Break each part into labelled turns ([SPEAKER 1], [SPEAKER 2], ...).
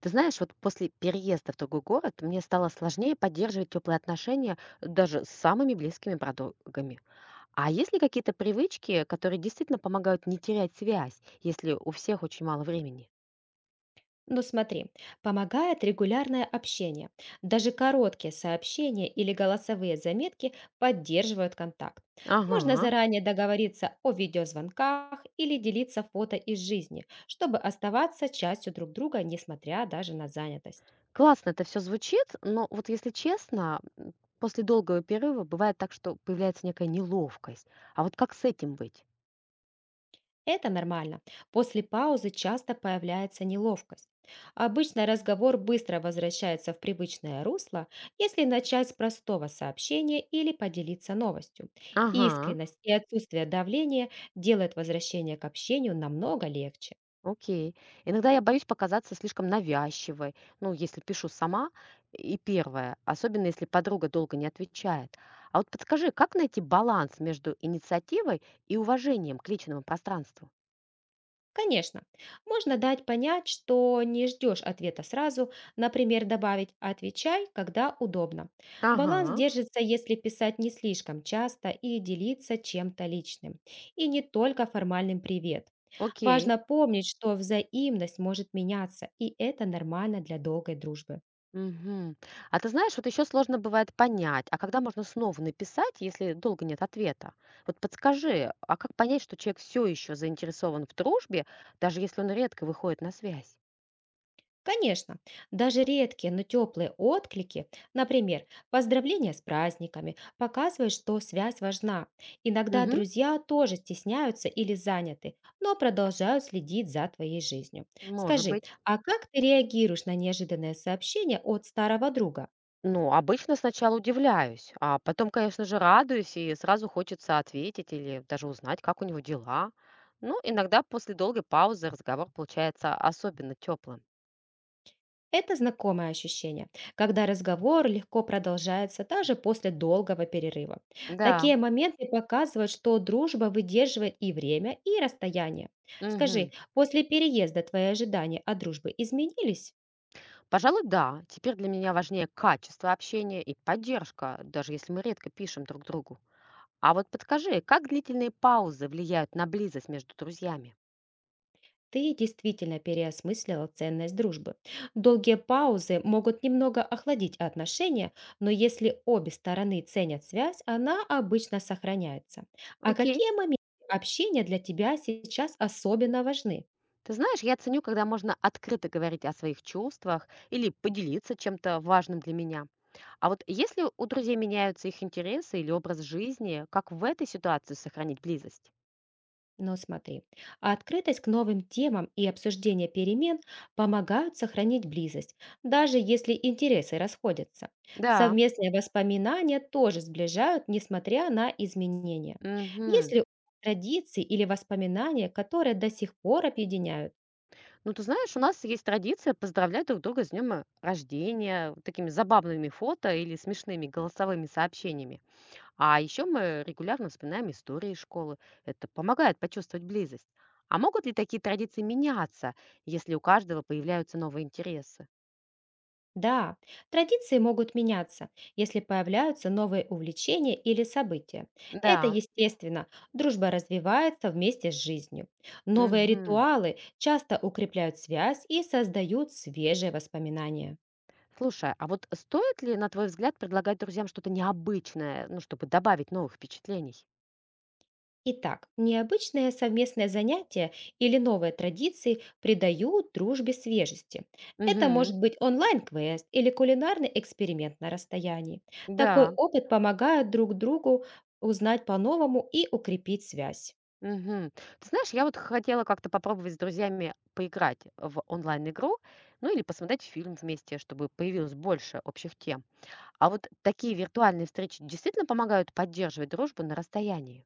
[SPEAKER 1] Ты знаешь, вот после переезда в другой город мне стало сложнее поддерживать теплые отношения даже с самыми близкими подругами. А есть ли какие-то привычки, которые действительно помогают не терять связь, если у всех очень мало времени?
[SPEAKER 2] Ну смотри, помогает регулярное общение. Даже короткие сообщения или голосовые заметки поддерживают контакт. Можно
[SPEAKER 1] Ага,
[SPEAKER 2] заранее договориться о видеозвонках или делиться фото из жизни, чтобы оставаться частью друг друга, несмотря даже на занятость.
[SPEAKER 1] классно это все звучит, но вот если честно, после долгого перерыва бывает так, что появляется некая неловкость. А вот как с этим быть?
[SPEAKER 2] Это нормально. После паузы часто появляется неловкость. Обычно разговор быстро возвращается в привычное русло, если начать с простого сообщения или поделиться новостью.
[SPEAKER 1] Ага.
[SPEAKER 2] Искренность и отсутствие давления делают возвращение к общению намного легче.
[SPEAKER 1] Окей. Иногда я боюсь показаться слишком навязчивой, ну, если пишу сама, и первое, особенно если подруга долго не отвечает. А вот подскажи, как найти баланс между инициативой и уважением к личному пространству?
[SPEAKER 2] Конечно, можно дать понять, что не ждешь ответа сразу, например, добавить «отвечай, когда удобно». Баланс
[SPEAKER 1] Ага,
[SPEAKER 2] держится, если писать не слишком часто и делиться чем-то личным, и не только формальным «привет».
[SPEAKER 1] окей.
[SPEAKER 2] Важно помнить, что взаимность может меняться, и это нормально для долгой дружбы.
[SPEAKER 1] Мгм. А ты знаешь, вот еще сложно бывает понять, а когда можно снова написать, если долго нет ответа? Вот подскажи, а как понять, что человек все еще заинтересован в дружбе, даже если он редко выходит на связь?
[SPEAKER 2] Конечно, даже редкие, но теплые отклики, например, поздравления с праздниками, показывают, что связь важна. Иногда
[SPEAKER 1] Угу,
[SPEAKER 2] друзья тоже стесняются или заняты, но продолжают следить за твоей жизнью.
[SPEAKER 1] может
[SPEAKER 2] Скажи,
[SPEAKER 1] быть.
[SPEAKER 2] а как ты реагируешь на неожиданное сообщение от старого друга?
[SPEAKER 1] Ну, обычно сначала удивляюсь, а потом, конечно же, радуюсь и сразу хочется ответить или даже узнать, как у него дела. Ну, иногда после долгой паузы разговор получается особенно теплым.
[SPEAKER 2] Это знакомое ощущение, когда разговор легко продолжается даже после долгого перерыва.
[SPEAKER 1] Да,
[SPEAKER 2] Такие моменты показывают, что дружба выдерживает и время, и расстояние.
[SPEAKER 1] мгм.
[SPEAKER 2] Скажи, после переезда твои ожидания от дружбы изменились?
[SPEAKER 1] Пожалуй, да. Теперь для меня важнее качество общения и поддержка, даже если мы редко пишем друг другу. А вот подскажи, как длительные паузы влияют на близость между друзьями?
[SPEAKER 2] Ты действительно переосмыслила ценность дружбы. Долгие паузы могут немного охладить отношения, но если обе стороны ценят связь, она обычно сохраняется. А
[SPEAKER 1] Окей.
[SPEAKER 2] какие моменты общения для тебя сейчас особенно важны?
[SPEAKER 1] Ты знаешь, я ценю, когда можно открыто говорить о своих чувствах или поделиться чем-то важным для меня. А вот если у друзей меняются их интересы или образ жизни, как в этой ситуации сохранить близость?
[SPEAKER 2] Но смотри, а открытость к новым темам и обсуждение перемен помогают сохранить близость, даже если интересы расходятся.
[SPEAKER 1] Да.
[SPEAKER 2] Совместные воспоминания тоже сближают, несмотря на изменения.
[SPEAKER 1] Мгм.
[SPEAKER 2] Если традиции или воспоминания, которые до сих пор объединяют…
[SPEAKER 1] Ну, ты знаешь, у нас есть традиция поздравлять друг друга с днем рождения вот такими забавными фото или смешными голосовыми сообщениями. А еще мы регулярно вспоминаем истории из школы. Это помогает почувствовать близость. А могут ли такие традиции меняться, если у каждого появляются новые интересы?
[SPEAKER 2] Да, традиции могут меняться, если появляются новые увлечения или события. Это
[SPEAKER 1] Да.
[SPEAKER 2] естественно, дружба развивается вместе с жизнью. Новые
[SPEAKER 1] Мгм.
[SPEAKER 2] ритуалы часто укрепляют связь и создают свежие воспоминания.
[SPEAKER 1] Слушай, а вот стоит ли, на твой взгляд, предлагать друзьям что-то необычное, ну, чтобы добавить новых впечатлений?
[SPEAKER 2] Итак, необычное совместное занятие или новые традиции придают дружбе свежести. Это
[SPEAKER 1] Угу,
[SPEAKER 2] может быть онлайн-квест или кулинарный эксперимент на расстоянии. Такой
[SPEAKER 1] да.
[SPEAKER 2] опыт помогает друг другу узнать по-новому и укрепить связь.
[SPEAKER 1] Угу. Ты знаешь, я вот хотела как-то попробовать с друзьями поиграть в онлайн-игру, ну или посмотреть фильм вместе, чтобы появилось больше общих тем. А вот такие виртуальные встречи действительно помогают поддерживать дружбу на расстоянии?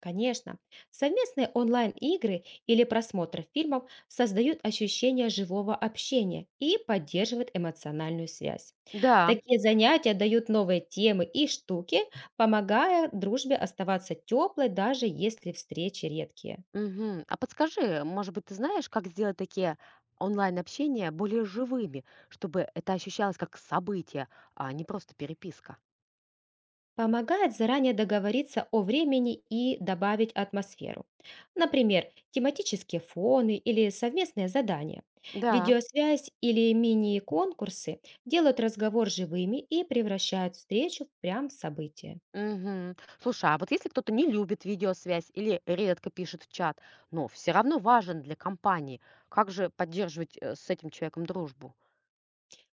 [SPEAKER 2] Конечно, совместные онлайн-игры или просмотр фильмов создают ощущение живого общения и поддерживают эмоциональную связь.
[SPEAKER 1] Да,
[SPEAKER 2] Такие занятия дают новые темы и штуки, помогая дружбе оставаться теплой, даже если встречи редкие.
[SPEAKER 1] мгм. А подскажи, может быть, ты знаешь, как сделать такие онлайн-общения более живыми, чтобы это ощущалось как событие, а не просто переписка?
[SPEAKER 2] Помогает заранее договориться о времени и добавить атмосферу. Например, тематические фоны или совместные задания.
[SPEAKER 1] Да.
[SPEAKER 2] Видеосвязь или мини-конкурсы делают разговор живыми и превращают встречу в прям событие.
[SPEAKER 1] Мгм. Слушай, а вот если кто-то не любит видеосвязь или редко пишет в чат, но все равно важен для компании, как же поддерживать с этим человеком дружбу?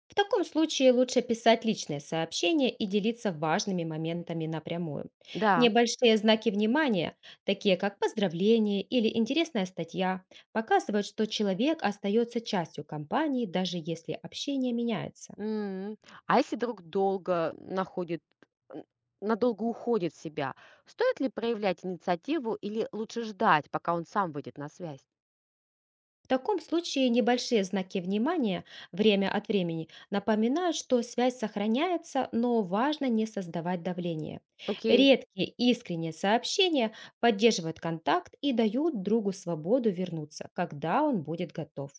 [SPEAKER 2] В таком случае лучше писать личные сообщения и делиться важными моментами напрямую.
[SPEAKER 1] Да.
[SPEAKER 2] Небольшие знаки внимания, такие как поздравление или интересная статья, показывают, что человек остается частью компании, даже если общение меняется.
[SPEAKER 1] М. А если друг долго находит, н надолго уходит в себя, стоит ли проявлять инициативу или лучше ждать, пока он сам выйдет на связь?
[SPEAKER 2] В таком случае небольшие знаки внимания время от времени напоминают, что связь сохраняется, но важно не создавать давление.
[SPEAKER 1] Окей.
[SPEAKER 2] Редкие искренние сообщения поддерживают контакт и дают другу свободу вернуться, когда он будет готов.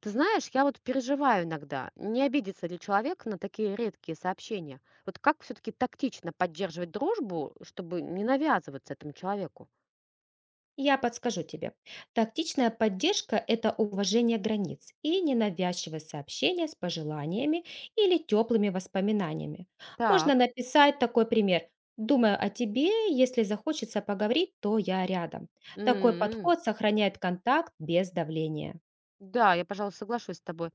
[SPEAKER 1] Ты знаешь, я вот переживаю иногда, не обидится ли человек на такие редкие сообщения. Вот как все-таки тактично поддерживать дружбу, чтобы не навязываться этому человеку?
[SPEAKER 2] Я подскажу тебе. Тактичная поддержка – это уважение границ и ненавязчивое сообщение с пожеланиями или теплыми воспоминаниями. Можно
[SPEAKER 1] Так.
[SPEAKER 2] написать такой пример. Думаю о тебе, если захочется поговорить, то я рядом. Такой
[SPEAKER 1] М.
[SPEAKER 2] подход сохраняет контакт без давления.
[SPEAKER 1] Да, я, пожалуй, соглашусь с тобой.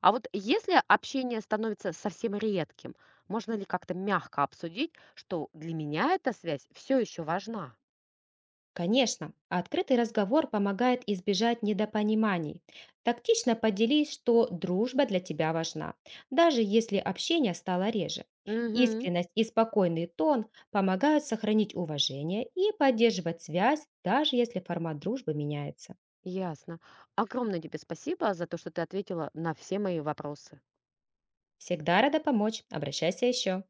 [SPEAKER 1] А вот если общение становится совсем редким, можно ли как-то мягко обсудить, что для меня эта связь все еще важна?
[SPEAKER 2] Конечно, открытый разговор помогает избежать недопониманий. Тактично поделись, что дружба для тебя важна, даже если общение стало реже.
[SPEAKER 1] Угу,
[SPEAKER 2] Искренность и спокойный тон помогают сохранить уважение и поддерживать связь, даже если формат дружбы меняется.
[SPEAKER 1] ясно. Огромное тебе спасибо за то, что ты ответила на все мои вопросы.
[SPEAKER 2] Всегда рада помочь. Обращайся еще.